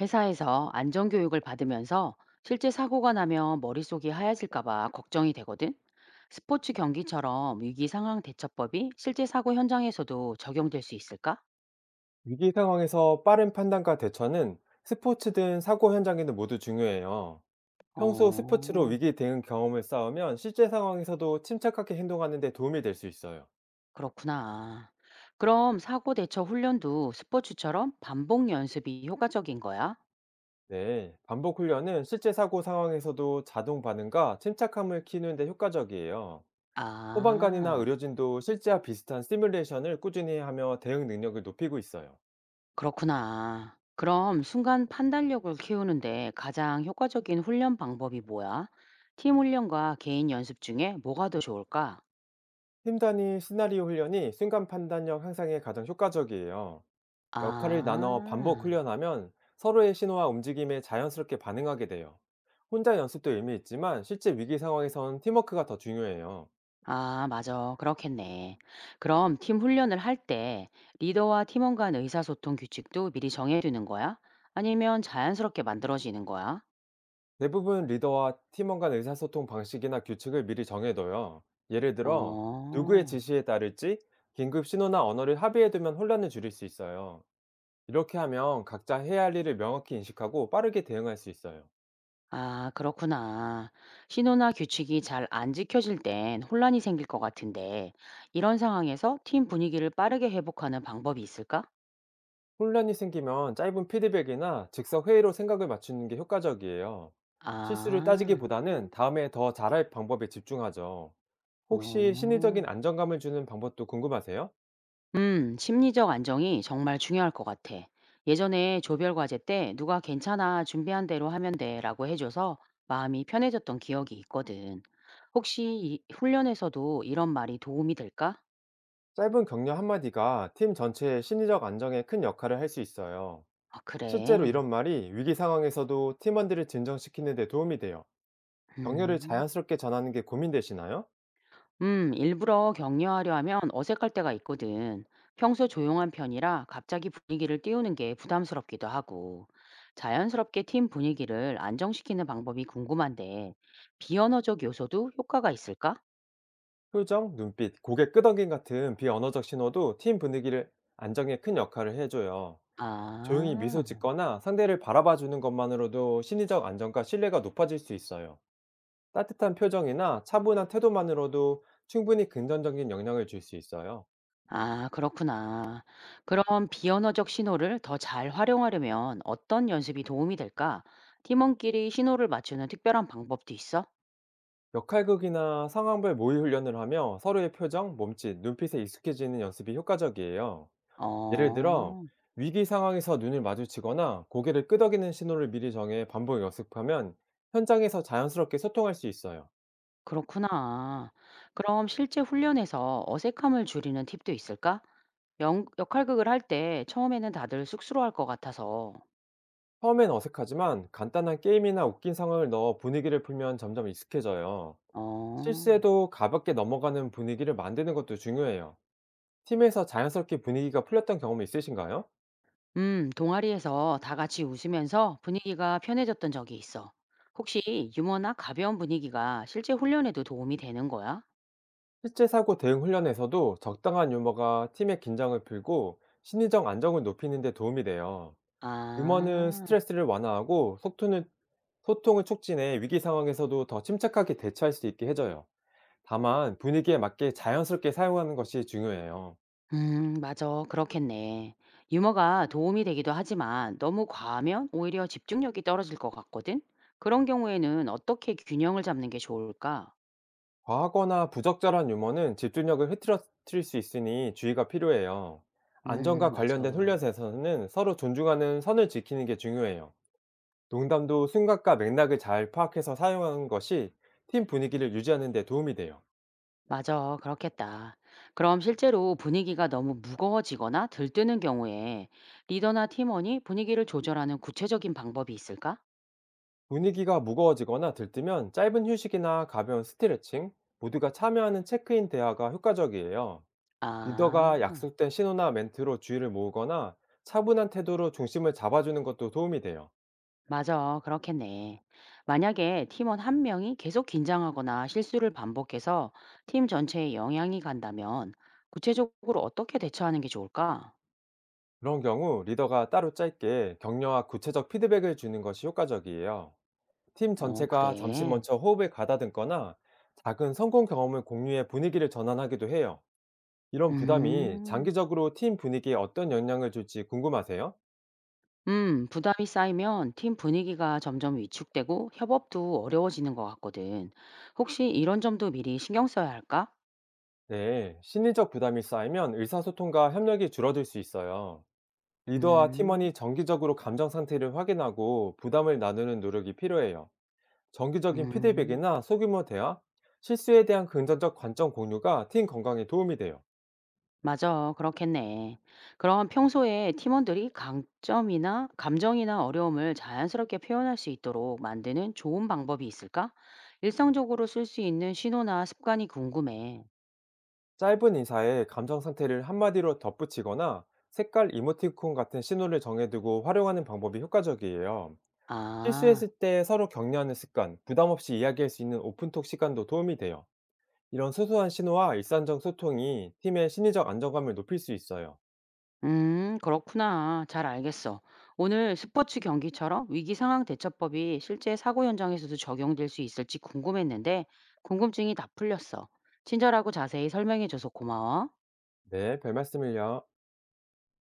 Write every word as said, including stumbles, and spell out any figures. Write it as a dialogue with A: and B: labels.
A: 회사에서 안전교육을 받으면서 실제 사고가 나면 머릿속이 하얘질까봐 걱정이 되거든. 스포츠 경기처럼 위기 상황 대처법이 실제 사고 현장에서도 적용될 수 있을까?
B: 위기 상황에서 빠른 판단과 대처는 스포츠든 사고 현장이든 모두 중요해요. 평소 스포츠로
A: 어,
B: 위기 대응 경험을 쌓으면 실제 상황에서도 침착하게 행동하는 데 도움이 될 수 있어요.
A: 그렇구나. 그럼 사고 대처 훈련도 스포츠처럼 반복 연습이 효과적인 거야?
B: 네, 반복 훈련은 실제 사고 상황에서도 자동 반응과 침착함을 키우는 데 효과적이에요. 소방관이나
A: 아.
B: 의료진도 실제와 비슷한 시뮬레이션을 꾸준히 하며 대응 능력을 높이고 있어요.
A: 그렇구나. 그럼 순간 판단력을 키우는데 가장 효과적인 훈련 방법이 뭐야? 팀 훈련과 개인 연습 중에 뭐가 더 좋을까?
B: 팀 단위 시나리오 훈련이 순간 판단력 향상에 가장 효과적이에요. 역할을 나눠 반복
A: 아,
B: 훈련하면 서로의 신호와 움직임에 자연스럽게 반응하게 돼요. 혼자 연습도 의미 있지만 실제 위기 상황에선 팀워크가 더 중요해요.
A: 아, 맞아. 그렇겠네. 그럼 팀 훈련을 할 때 리더와 팀원 간 의사소통 규칙도 미리 정해두는 거야? 아니면 자연스럽게 만들어지는 거야?
B: 대부분 리더와 팀원 간 의사소통 방식이나 규칙을 미리 정해둬요. 예를 들어, 누구의
A: 어.
B: 지시에 따를지 긴급 신호나 언어를 합의해두면 혼란을 줄일 수 있어요. 이렇게 하면 각자 해야 할 일을 명확히 인식하고 빠르게 대응할 수 있어요.
A: 아, 그렇구나. 신호나 규칙이 잘 안 지켜질 땐 혼란이 생길 것 같은데, 이런 상황에서 팀 분위기를 빠르게 회복하는 방법이 있을까?
B: 혼란이 생기면 짧은 피드백이나 즉석 회의로 생각을 맞추는 게 효과적이에요. 실수를
A: 아,
B: 따지기보다는 다음에 더 잘할 방법에 집중하죠. 혹시
A: 어.
B: 심리적인 안정감을 주는 방법도 궁금하세요?
A: 음, 심리적 안정이 정말 중요할 것 같아. 예전에 조별 과제 때 누가 괜찮아, 준비한 대로 하면 돼라고 해줘서 마음이 편해졌던 기억이 있거든. 혹시 이 훈련에서도 이런 말이 도움이 될까?
B: 짧은 격려 한마디가 팀 전체의 심리적 안정에 큰 역할을 할 수 있어요.
A: 아,
B: 실제로
A: 그래.
B: 이런 말이 위기 상황에서도 팀원들을 진정시키는 데 도움이 돼요. 격려를
A: 음.
B: 자연스럽게 전하는 게 고민되시나요?
A: 음, 일부러 격려하려 하면 어색할 때가 있거든. 평소 조용한 편이라 갑자기 분위기를 띄우는 게 부담스럽기도 하고, 자연스럽게 팀 분위기를 안정시키는 방법이 궁금한데, 비언어적 요소도 효과가 있을까?
B: 표정, 눈빛, 고개 끄덕임 같은 비언어적 신호도 팀 분위기를 안정에 큰 역할을 해줘요. 조용히 미소
A: 아,
B: 짓거나 상대를 바라봐 주는 것만으로도 심리적 안정과 신뢰가 높아질 수 있어요. 따뜻한 표정이나 차분한 태도만으로도 충분히 긍정적인 영향을 줄 수 있어요.
A: 아, 그렇구나. 그럼 비언어적 신호를 더 잘 활용하려면 어떤 연습이 도움이 될까? 팀원끼리 신호를 맞추는 특별한 방법도 있어?
B: 역할극이나 상황별 모의 훈련을 하며 서로의 표정, 몸짓, 눈빛에 익숙해지는 연습이 효과적이에요. 예를 들어,
A: 어.
B: 위기 상황에서 눈을 마주치거나 고개를 끄덕이는 신호를 미리 정해 반복 연습하면 현장에서 자연스럽게 소통할 수 있어요.
A: 그렇구나. 그럼 실제 훈련에서 어색함을 줄이는 팁도 있을까? 영, 역할극을 할 때 처음에는 다들 쑥스러워할 것 같아서.
B: 처음엔 어색하지만 간단한 게임이나 웃긴 상황을 넣어 분위기를 풀면 점점 익숙해져요. 실
A: 어.
B: 수에도 가볍게 넘어가는 분위기를 만드는 것도 중요해요. 팀에서 자연스럽게 분위기가 풀렸던 경험이 있으신가요?
A: 음, 동아리에서 다 같이 웃으면서 분위기가 편해졌던 적이 있어. 혹시 유머나 가벼운 분위기가 실제 훈련에도 도움이 되는 거야?
B: 실제 사고 대응 훈련에서도 적당한 유머가 팀의 긴장을 풀고 심리적 안정을 높이는 데 도움이 돼요. 유머는
A: 아.
B: 스트레스를 완화하고 소통을, 소통을 촉진해 위기 상황에서도 더 침착하게 대처할 수 있게 해줘요. 다만 분위기에 맞게 자연스럽게 사용하는 것이 중요해요.
A: 음, 맞아. 그렇겠네. 유머가 도움이 되기도 하지만 너무 과하면 오히려 집중력이 떨어질 것 같거든? 그런 경우에는 어떻게 균형을 잡는 게 좋을까?
B: 과하거나 부적절한 유머는 집중력을 흐트러뜨릴 수 있으니 주의가 필요해요.
A: 음,
B: 안전과
A: 맞아.
B: 관련된 훈련에서는 서로 존중하는 선을 지키는 게 중요해요. 농담도 순간과 맥락을 잘 파악해서 사용하는 것이 팀 분위기를 유지하는 데 도움이 돼요.
A: 맞아. 그렇겠다. 그럼 실제로 분위기가 너무 무거워지거나 들뜨는 경우에 리더나 팀원이 분위기를 조절하는 구체적인 방법이 있을까?
B: 분위기가 무거워지거나 들뜨면 짧은 휴식이나 가벼운 스트레칭, 모두가 참여하는 체크인 대화가 효과적이에요.
A: 아.
B: 리더가 약속된 신호나 멘트로 주의를 모으거나 차분한 태도로 중심을 잡아주는 것도 도움이 돼요.
A: 맞아, 그렇겠네. 만약에 팀원 한 명이 계속 긴장하거나 실수를 반복해서 팀 전체에 영향이 간다면 구체적으로 어떻게 대처하는 게 좋을까?
B: 그런 경우 리더가 따로 짧게 격려와 구체적 피드백을 주는 것이 효과적이에요. 팀
A: 어,
B: 전체가 잠시
A: 그래.
B: 먼저 호흡을 가다듬거나 작은 성공 경험을 공유해 분위기를 전환하기도 해요. 이런 부담이
A: 음,
B: 장기적으로 팀 분위기에 어떤 영향을 줄지 궁금하세요?
A: 음, 부담이 쌓이면 팀 분위기가 점점 위축되고 협업도 어려워지는 것 같거든. 혹시 이런 점도 미리 신경 써야 할까?
B: 네, 심리적 부담이 쌓이면 의사소통과 협력이 줄어들 수 있어요. 리더와
A: 음,
B: 팀원이 정기적으로 감정 상태를 확인하고 부담을 나누는 노력이 필요해요. 정기적인
A: 음.
B: 피드백이나 소규모 대화, 실수에 대한 긍정적 관점 공유가 팀 건강에 도움이 돼요.
A: 맞아. 그렇겠네. 그럼 평소에 팀원들이 강점이나 감정이나 어려움을 자연스럽게 표현할 수 있도록 만드는 좋은 방법이 있을까? 일상적으로 쓸 수 있는 신호나 습관이 궁금해.
B: 짧은 인사에 감정 상태를 한마디로 덧붙이거나 색깔 이모티콘 같은 신호를 정해두고 활용하는 방법이 효과적이에요.
A: 아,
B: 실수했을 때 서로 격려하는 습관, 부담 없이 이야기할 수 있는 오픈톡 시간도 도움이 돼요. 이런 소소한 신호와 일상적 소통이 팀의 심리적 안정감을 높일 수 있어요.
A: 음, 그렇구나. 잘 알겠어. 오늘 스포츠 경기처럼 위기 상황 대처법이 실제 사고 현장에서도 적용될 수 있을지 궁금했는데 궁금증이 다 풀렸어. 친절하고 자세히 설명해줘서 고마워.
B: 네, 별 말씀을요.